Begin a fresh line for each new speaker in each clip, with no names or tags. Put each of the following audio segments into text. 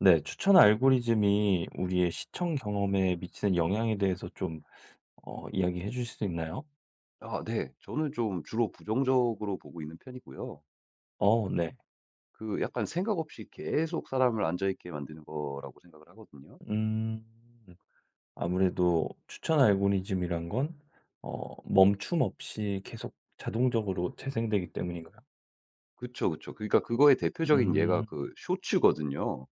네. 추천 알고리즘이 우리의 시청 경험에 미치는 영향에 대해서 좀 이야기해 주실 수 있나요?
아 네. 저는 좀 주로 부정적으로 보고 있는 편이고요.
네.
그 약간 생각 없이 계속 사람을 앉아 있게 만드는 거라고 생각을 하거든요.
음. 아무래도 추천 알고리즘이란 건 멈춤 없이 계속 자동적으로 재생되기 때문인가요?
그쵸, 그쵸. 그러니까 그거의 대표적인 예가
음.
그 쇼츠거든요.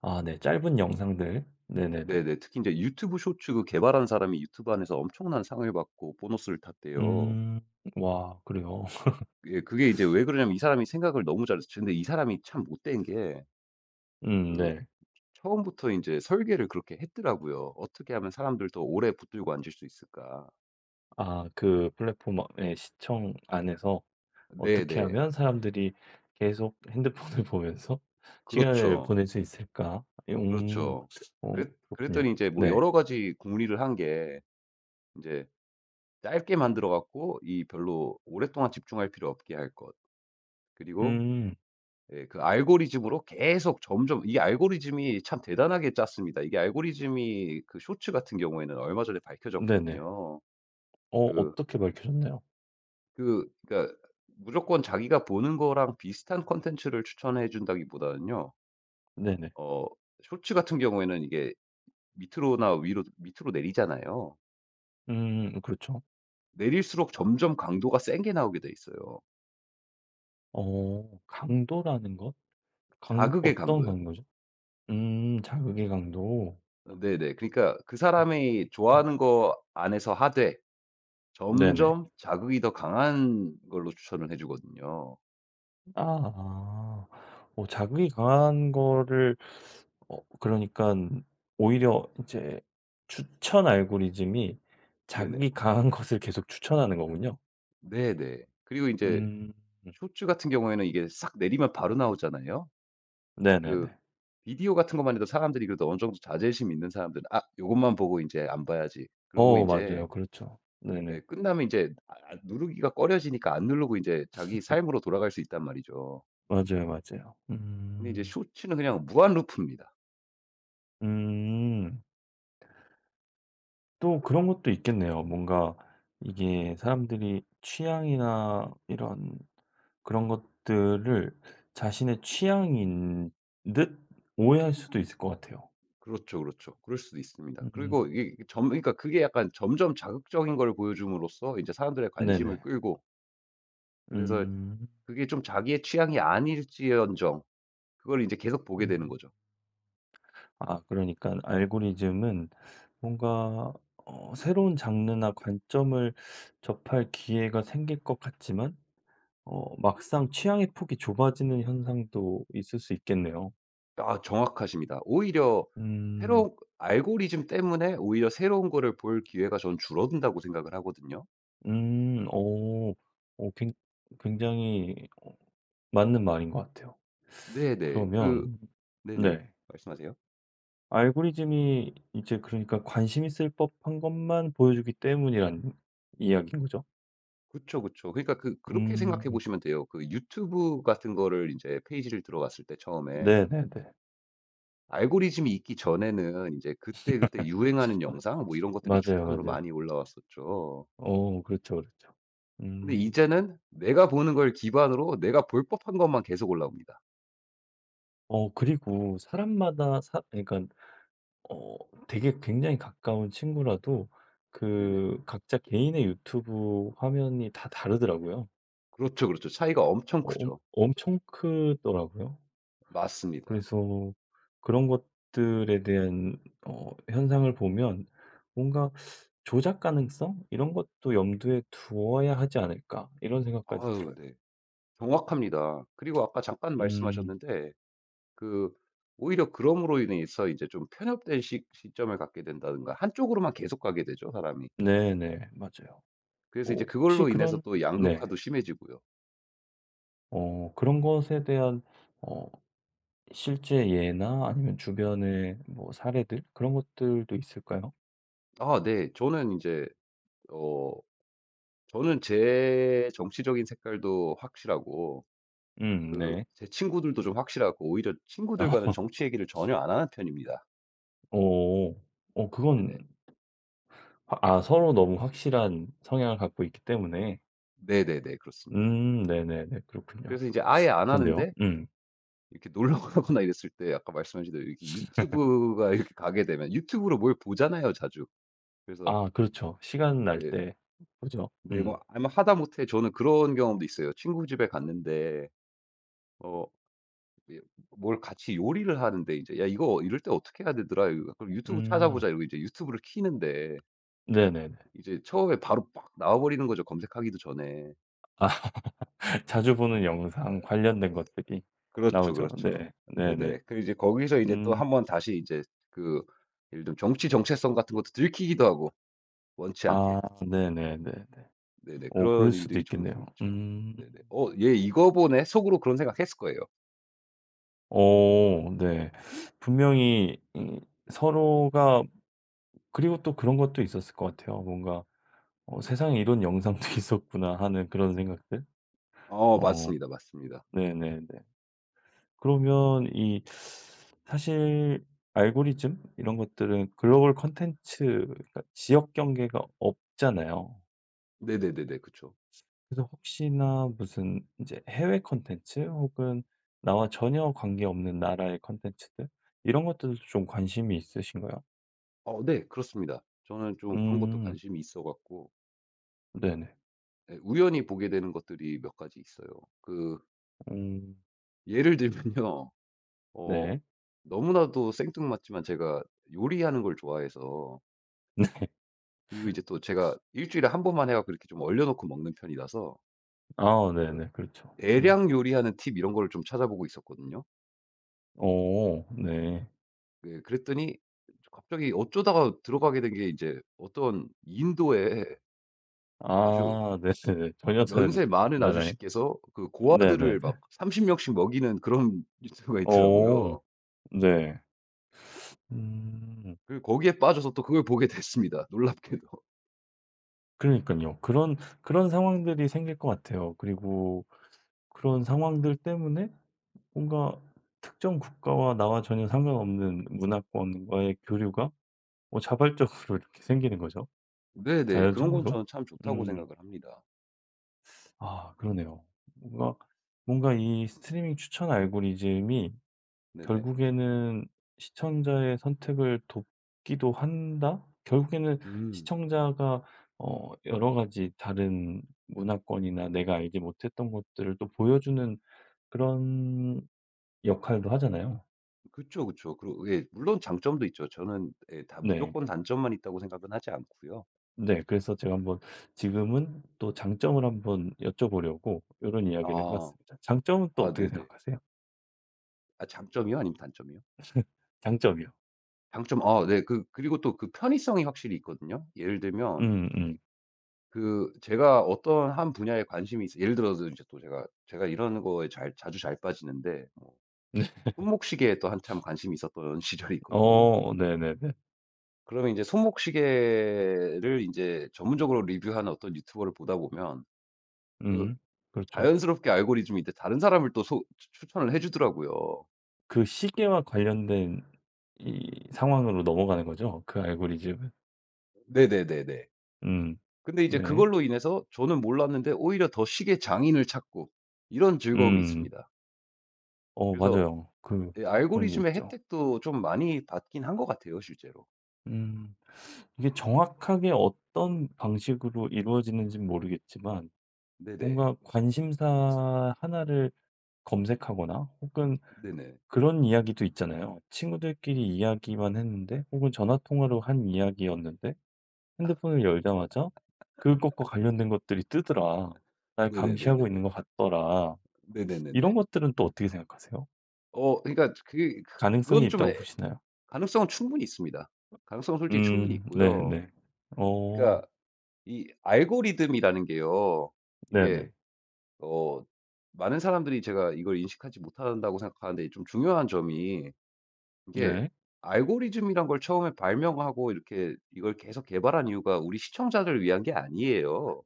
아 네. 짧은 영상들. 네네네.
네네. 특히 이제 유튜브 쇼츠 그 개발한 사람이 유튜브 안에서 엄청난 상을 받고 보너스를 탔대요.
음. 와 그래요?
예 그게 이제 왜 그러냐면 이 사람이 생각을 너무 잘했서 근데 이 사람이 참 못된 게 그
네.
처음부터 이제 설계를 그렇게 했더라고요. '어떻게 하면 사람들 더 오래 붙들고 앉을 수 있을까?'
아 그 플랫폼의 시청 안에서 어떻게
네네.
하면 사람들이 계속 핸드폰을 보면서 시간을
그렇죠.
보낼 수 있을까? 음.
그렇죠.
어
그랬
그렇군요.
그랬더니 이제 뭐
네.
여러 가지 궁리를 한 게 이제 짧게 만들어 갖고 이 별로 오랫동안 집중할 필요 없게 할 것. 그리고
음.
예 그 알고리즘으로 계속 점점 이 알고리즘이 참 대단하게 짰습니다. 이게 알고리즘이 그 쇼츠 같은 경우에는 얼마 전에
네네.
밝혀졌거든요. 그
어떻게 밝혀졌나요?
그러니까 무조건 자기가 보는 거랑 비슷한 콘텐츠를 추천해 준다기보다는요.
네네.
어 쇼츠 같은 경우에는 이게 밑으로나 위로 밑으로 내리잖아요.
그렇죠.
내릴수록 점점 강도가 센 게 나오게 돼 있어요.
강도라는 것? 강
자극의
어떤
강도요.
강도죠? 자극의 강도.
네네. 그러니까 그 사람이
음
좋아하는 거 안에서 하되
네네.
점점 자극이 더 강한 걸로 추천을 해 주거든요.
아. 아. 자극이 강한 거를 그러니깐 오히려 이제 추천 알고리즘이 자극이
네네.
강한 것을 계속 추천하는 거군요.
네네. 그리고 인제
음.
쇼츠 같은 경우에는 이게 싹 내리면 바로 나오잖아요. 그
네네네.
비디오 같은 것만 해도 사람들이 그래도 어느 정도 자제심 있는 사람들은 '아 요것만 보고 인제 안 봐야지.' 그러고 인제
맞아요. 그렇죠.
예
네네.
끝나면 인제 아 누르기가 꺼려지니까 안 누르고 인제 자기 삶으로 돌아갈 수 있단 말이죠.
맞아요, 맞아요.
근데 이제
음.
쇼츠는 그냥 무한 루프입니다.
음. 또 그런 것도 있겠네요. 뭔가 이게 사람들이 취향이나 이런 그런 것들을 자신의 취향인 듯 오해할 수도 있을 것 같아요.
그렇죠, 그렇죠. 그럴 수도 있습니다.
음.
그리고 이게 점 그러니까 그게 약간 점점 자극적인 걸 보여줌으로써 이제 사람들의 관심을
네네.
끌고 그래서
음.
그게 좀 자기의 취향이 아닐지언정 그걸 이제 계속 보게 되는
음.
거죠.
아 그러니까 알고리즘은 뭔가 새로운 장르나 관점을 접할 기회가 생길 것 같지만 막상 취향의 폭이 좁아지는 현상도 있을 수 있겠네요.
아 정확하십니다. 오히려
음.
새로운 알고리즘 때문에 오히려 새로운 거를 볼 기회가 저는 줄어든다고 생각을 하거든요.
음. 오, 오, 굉 굉장히 어 맞는 말인 것 같아요.
네네. 그
그러면
네네.
네.
말씀하세요.
알고리즘이 이제 그러니까 관심 있을 법한 것만 보여주기 때문이란 이야기인 거죠?
그쵸, 그쵸. 그러니까 그 그렇게 생각해
음.
보시면 돼요. 그 유튜브 같은 거를 인제 페이지를 들어갔을 때 처음에
네네네.
알고리즘이 있기 전에는 인제 그때그때 유행하는 영상 뭐 이런 것들이
맞아요,
추천으로
맞아요.
많이 올라왔었죠.
그렇죠, 그렇죠.
근데
음.
이제는 내가 보는 걸 기반으로 내가 볼 법한 것만 계속 올라옵니다.
그리고 사람마다 사 그러니까 어 되게 굉장히 가까운 친구라도
네네.
그 각자 개인의 유튜브 화면이 다 다르더라고요.
그렇죠, 그렇죠. 차이가 엄청
엄
크죠.
엄청 크더라고요.
맞습니다.
그래서 그런 것들에 대한 현상을 보면 뭔가 '조작 가능성 이런 것도 염두에 두어야 하지 않을까.' 이런 생각까지
아유
들어요.
네. 정확합니다. 그리고 아까 잠깐
음.
말씀하셨는데 그 오히려 그럼으로 인해서 이제 좀 편협된 시 시점을 갖게 된다든가 한쪽으로만 계속 가게 되죠, 사람이.
네네. 맞아요.
그래서 이제
혹시
그걸로 인해서
그런.
또
네.
양극화도 심해지고요.
그런 것에 대한 어 실제 예나 아니면 주변의 뭐 사례들 그런 것들도 있을까요?
아 네. 저는 이제 어 저는 제 정치적인 색깔도 확실하고 그
네.
제 친구들도 좀 확실하고 오히려 친구들과는 정치 얘기를 전혀 안 하는 편입니다.
어.
네네.
그건 아 서로 너무 확실한 성향을 갖고 있기 때문에.
네네네. 그렇습니다.
네네네. 그렇군요.
그래서 이제 아예 안
그런데요.
하는데
음.
이렇게 놀러 가거나 이랬을 때 아까 말씀하신 대로 이렇게 유튜브가 이렇게 가게 되면 유튜브로 뭘 보잖아요, 자주. 그래서
아 그렇죠. 시간 날
네.
때 보죠.
네
음.
뭐아 하다못해 저는 그런 경험도 있어요. 친구 집에 갔는데 어 예 뭘 같이 요리를 하는데 이제 "야 이거 이럴 때 어떻게 해야 되더라. 이거 그럼 유튜브
음.
찾아보자." 이러고 이제 유튜브를 켜는데
네네네.
이제 처음에 바로 빡 나와 버리는 거죠, 검색하기도 전에.
아 자주 보는 영상 관련된 것들이
그렇죠,
나오죠.
그렇죠.
네. 네네.
네네. 그 이제 거기서 이제 또
음.
한번 다시 이제 그 예를 들면 정치 정체성 같은 것도 들키기도 하고 원치 않게.
아 네네네네.
네네. 그런
그럴 수도
일들이 종종
있겠네요.
있죠.
음.
네네. '어 얘 이거 보네.' 속으로 그런 생각했을 거예요.
네. 분명히 이 서로가 그리고 또 그런 것도 있었을 것 같아요. 뭔가 '어 세상에 이런 영상도 있었구나.' 하는 그런 생각들.
어
어
맞습니다, 맞습니다.
네네네. 그러면 이 사실 알고리즘 이런 것들은 글로벌 컨텐츠 그러니까 지역 경계가 없잖아요.
네네네네. 그쵸.
그래서 혹시나 무슨 이제 해외 콘텐츠 혹은 나와 전혀 관계없는 나라의 콘텐츠들 이런 것들도 좀 관심이 있으신가요?
어 네. 그렇습니다. 저는 좀 그런 것도
음.
관심이 있어 갖고
네네.
예 우연히 보게 되는 것들이 몇 가지 있어요. 그
음.
예를 들면요. 어
네.
너무나도 생뚱맞지만 제가 요리하는 걸 좋아해서 그리고 이제 또 제가 일 주일에 한 번만 해 갖고 이렇게 좀 얼려 놓고 먹는 편이라서
아
그
네네. 그렇죠. 음.
대량 요리하는 팁 이런 거를 좀 찾아보고 있었거든요.
오 네.
예 그랬더니 갑자기 어쩌다가 들어가게 된 게 이제 어떤 인도의 아주
아 네네네. 전혀 다른
연세 많은
나라의
아저씨께서 그
네네네.
고아들을 막 30 명씩 먹이는 그런 유튜브가
오오.
있더라고요.
네. 음.
그 거기에 빠져서 또 그걸 보게 됐습니다, 놀랍게도.
그러니깐요. 그런 상황들이 생길 것 같아요. 그리고 그런 상황들 때문에 뭔가 특정 국가와 나와 전혀 상관없는 문화권과의 교류가 뭐 자발적으로 이렇게 생기는 거죠,
네네. 그런 건
자연적으로.
저는 참 좋다고
음.
생각을 합니다.
아 그러네요. 뭔가 뭔가 이 스트리밍 추천 알고리즘이
네네.
결국에는 시청자의 선택을 돕기도 한다? 결국에는
음.
시청자가 여러 가지 다른 문화권이나 내가 알지 못했던 것들을 또 보여주는 그런 역할도 하잖아요.
그쵸, 그쵸. 그리고 예 물론 장점도 있죠. 저는 예 다
네.
무조건 단점만 있다고 생각은 하지 않고요.
네. 그래서 제가 한번 지금은 또 장점을 한번 여쭤보려고 요런 이야기를 해
아.
봤습니다. 장점은 또
아
어떻게
네네.
생각하세요?
아 장점이요? 아니면 단점이요?
장점이요.
장점 아 네. 그 그리고 또 그 편의성이 확실히 있거든요. 예를 들면
음음.
그 제가 어떤 한 분야에 관심이 있어 예를 들어서 이제 또 제가 이런 거에 잘 자주 잘 빠지는데 뭐 손목시계에 또 한참 관심이 있었던 시절이 있거든요.
어 네네네.
그러면 이제 손목시계를 인제 전문적으로 리뷰하는 어떤 유튜버를 보다 보면 그
음. 그렇죠.
자연스럽게 알고리즘이 이제 다른 사람을 또 소 추 추천을 해 주더라고요.
그 시계와 관련된 이 상황으로 넘어가는 거죠, 그 알고리즘은?
네네네네.
음.
근데 이제
네.
그걸로 인해서 저는 몰랐는데 오히려 더 시계 장인을 찾고 이런 즐거움이
음.
있습니다. 그래서
맞아요.
예
그런 게
알고리즘의
있죠.
혜택도 좀 많이 받긴 한 것 같아요 실제로.
음. 이게 정확하게 어떤 방식으로 이루어지는지는 모르겠지만
네네.
뭔가 관심사 하나를 검색하거나 혹은
네네.
그런 이야기도 있잖아요. 친구들끼리 이야기만 했는데 혹은 전화 통화로 한 이야기였는데 핸드폰을 열자마자 그것과 관련된 것들이 뜨더라. 날 감시하고
네네네네네.
있는 것 같더라.
네네네네.
이런 것들은 또 어떻게 생각하세요?
그러니까 그
가능성이
그건 좀
있다고
애-
보시나요?
가능성은 충분히 있습니다. 가능성은 솔직히 충분히
음.
있고요.
네네. 어.
그러니까 이 알고리즘이라는 게요. 이게
네네.
어 많은 사람들이 제가 이걸 인식하지 못한다고 생각하는데 좀 중요한 점이 이게
네.
알고리즘이란 걸 처음에 발명하고 이렇게 이걸 계속 개발한 이유가 우리 시청자들을 위한 게 아니에요.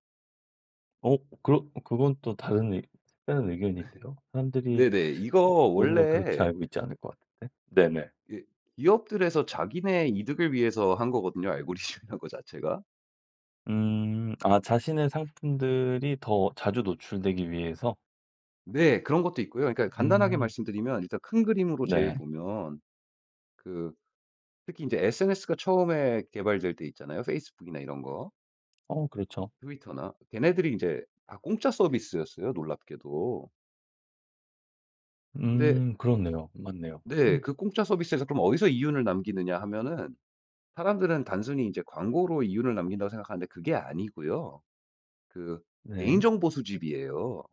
어 그건 또 다른 의 다른 의견인데요. 사람들이
네네. 이거
모두가 그렇게
원래
알고 있지 않을 것 같은데. 네네.
이- 기업들에서 자기네 이득을 위해서 한 거거든요, 알고리즘이라는 거 자체가.
음. 아 자신의 상품들이 더 자주 노출되기 위해서?
네. 그런 것도 있고요. 그러니까 간단하게
음.
말씀드리면 일단 큰 그림으로 제일
네.
보면 그 특히 이제 SNS가 처음에 개발될 때 있잖아요. 페이스북이나 이런 거,
그렇죠.
트위터나. 걔네들이 이제 다 공짜 서비스였어요, 놀랍게도. 근데
그렇네요. 맞네요.
네.
음.
그 공짜 서비스에서 그럼 어디서 이윤을 남기느냐 하면은 사람들은 단순히 이제 광고로 이윤을 남긴다고 생각하는데 그게 아니고요. 그
네.
개인정보 수집이에요.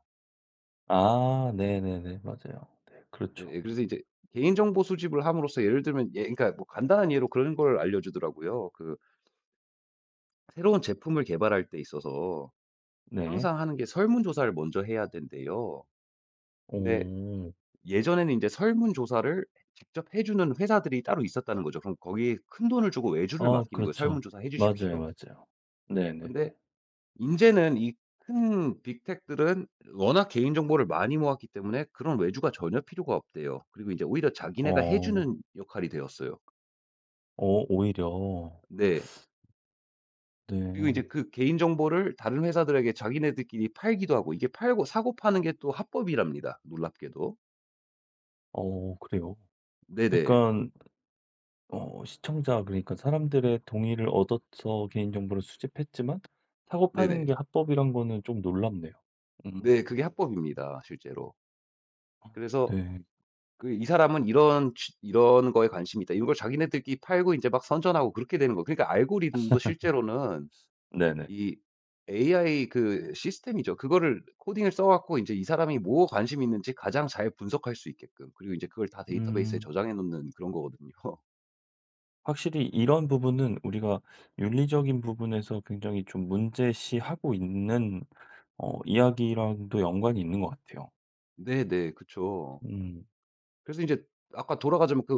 아 네네네. 맞아요. 네
예
그렇죠.
예. 그래서 이제 개인정보 수집을 함으로써 예를 들면 예 그러니까 뭐 간단한 예로 그런 걸 알려주더라고요. 그 새로운 제품을 개발할 때 있어서
네.
항상 하는 게 설문조사를 먼저 해야 된대요. 근데
어.
예전에는 이제 설문조사를 직접 해 주는 회사들이 따로 있었다는 거죠. 그럼 거기에 큰돈을 주고 외주를
아
맡기는 거예요.
그렇죠.
"설문조사 해
맞아요,
주십시오."
맞아요. 네네
근데 인제는 이 큰 빅텍들은 워낙 개인정보를 많이 모았기 때문에 그런 외주가 전혀 필요가 없대요. 그리고 이제 오히려 자기네가 해
어.
주는 역할이 되었어요.
오히려.
네. 그리고 이제
네.
그 개인정보를 다른 회사들에게 자기네들끼리 팔기도 하고 이게 팔고 사고 파는 게 또 합법이랍니다, 놀랍게도.
그래요.
네네.
그러니깐 시청자 그러니까 사람들의 동의를 얻어서 개인 정보를 수집했지만 사고 파는
네네.
게 합법이란 거는 좀 놀랍네요. 음.
네 그게 합법입니다, 실제로. 그래서
네.
그 이 사람은 이런 취 이런 거에 관심이 있다. 이걸 자기네들끼리 팔고 인제 막 선전하고 그렇게 되는 거예요. 그러니까 알고리즘도 실제로는
네네.
이 AI 그 시스템이죠. 그거를 코딩을 써 갖고 인제 이 사람이 뭐에 관심이 있는지 가장 잘 분석할 수 있게끔 그리고 인제 그걸 다 데이터베이스에
음.
저장해 놓는 그런 거거든요.
확실히 이런 부분은 우리가 윤리적인 부분에서 굉장히 좀 문제시하고 있는 이야기랑도 연관이 있는 것 같아요.
네네. 그쵸.
음.
그래서 인제 아까 돌아가자면 그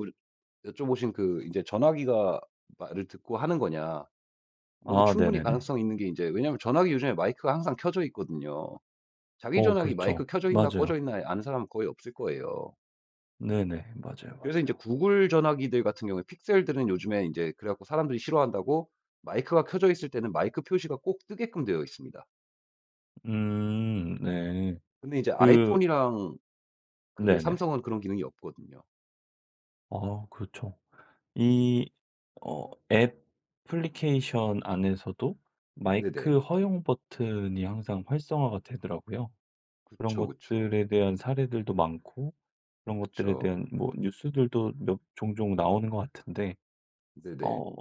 여쭤보신 그 인제 '전화기가 말을 듣고 하는 거냐.' 그
아
충분히
네네네.
가능성이 있는 게 인제 왜냐하면 전화기 요즘에 마이크가 항상 켜져 있거든요. 자기 전화기
그렇죠.
마이크 켜져 있나 꺼져
맞아요.
있나 아는 사람은 거의 없을 거예요.
네네. 맞아요,
그래서 인제
맞아요.
구글 전화기들 같은 경우에 픽셀들은 요즘에 인제 그래 갖고 사람들이 싫어한다고 마이크가 켜져 있을 때는 마이크 표시가 꼭 뜨게끔 되어 있습니다.
네.
근데 이제
그
아이폰이랑 그
네네.
삼성은 그런 기능이 없거든요.
아 그렇죠. 이 애플리케이션 안에서도
네네.
마이크 허용 버튼이 항상 활성화가 되더라고요. 그런
그쵸, 그쵸.
것들에 대한 사례들도 많고 그런 것들에
그쵸.
대한 뭐 뉴스들도 몇 종종 나오는 것 같은데
네네.
어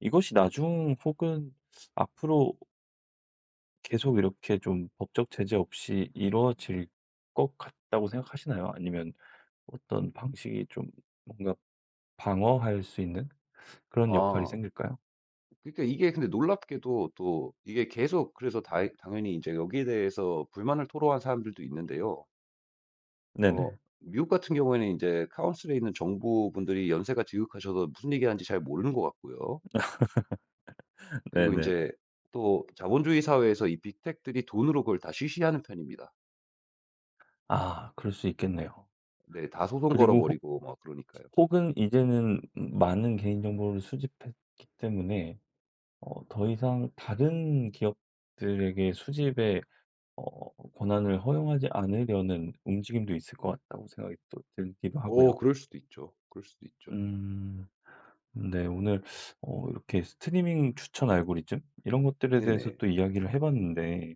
이것이 나중 혹은 앞으로 계속 이렇게 좀 법적 제재 없이 이루어질 것 같다고 생각하시나요? 아니면 어떤 방식이 좀 뭔가 방어할 수 있는 그런 역할이
아.
생길까요?
그러니까 이게 근데 놀랍게도 또 이게 계속 그래서 다 당연히 인제 여기에 대해서 불만을 토로한 사람들도 있는데요. 어
네네.
미국 같은 경우에는 인제 카운슬에 있는 정보분들이 연세가 지극하셔서 무슨 얘기하는지 잘 모르는 것 같고요. 그리고 이
네네.
제 또 자본주의 사회에서 이 빅텍들이 돈으로 그걸 다 쉬쉬하는 편입니다.
아 그럴 수 있겠네요.
네. 다 소송 걸어
그리고 혹
버리고 막 그러니까요.
혹은 이제는 많은 개인정보를 수집했기 때문에 더 이상 다른 기업들에게 수집의 권한을 허용하지 않으려는 움직임도 있을 것 같다고 생각이 또 들기도
어
하고요.
그럴 수도 있죠. 그럴 수도 있죠.
음 네. 오늘 이렇게 스트리밍 추천 알고리즘 이런 것들에 대해서
네네.
또 이야기를 해 봤는데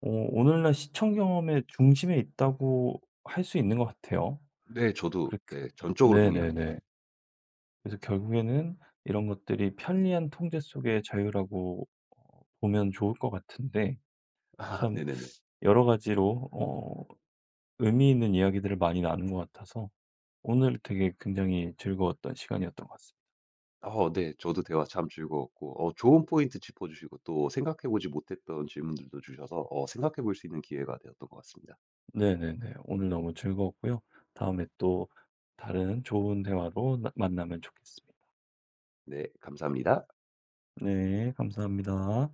오늘날 시청 경험의 중심에 있다고 할 수 있는 것 같아요.
네. 저도
그렇게
네 전적으로 동의합니다.
네네네. 그래서 결국에는 이런 것들이 편리한 통제 속의 자유라고 보면 좋을 것 같은데
아
참
네네네.
여러 가지로 의미 있는 이야기들을 많이 나눈 것 같아서 오늘 되게 굉장히 즐거웠던 시간이었던 것 같습니다.
어 네. 저도 대화 참 즐거웠고 어 좋은 포인트 짚어 주시고 또 생각해 보지 못했던 질문들도 주셔서 어 생각해 볼 수 있는 기회가 되었던 것 같습니다.
네네네. 오늘 너무 즐거웠고요. 다음에 또 다른 좋은 대화로 나 만나면 좋겠습니다.
네. 감사합니다.
네. 감사합니다.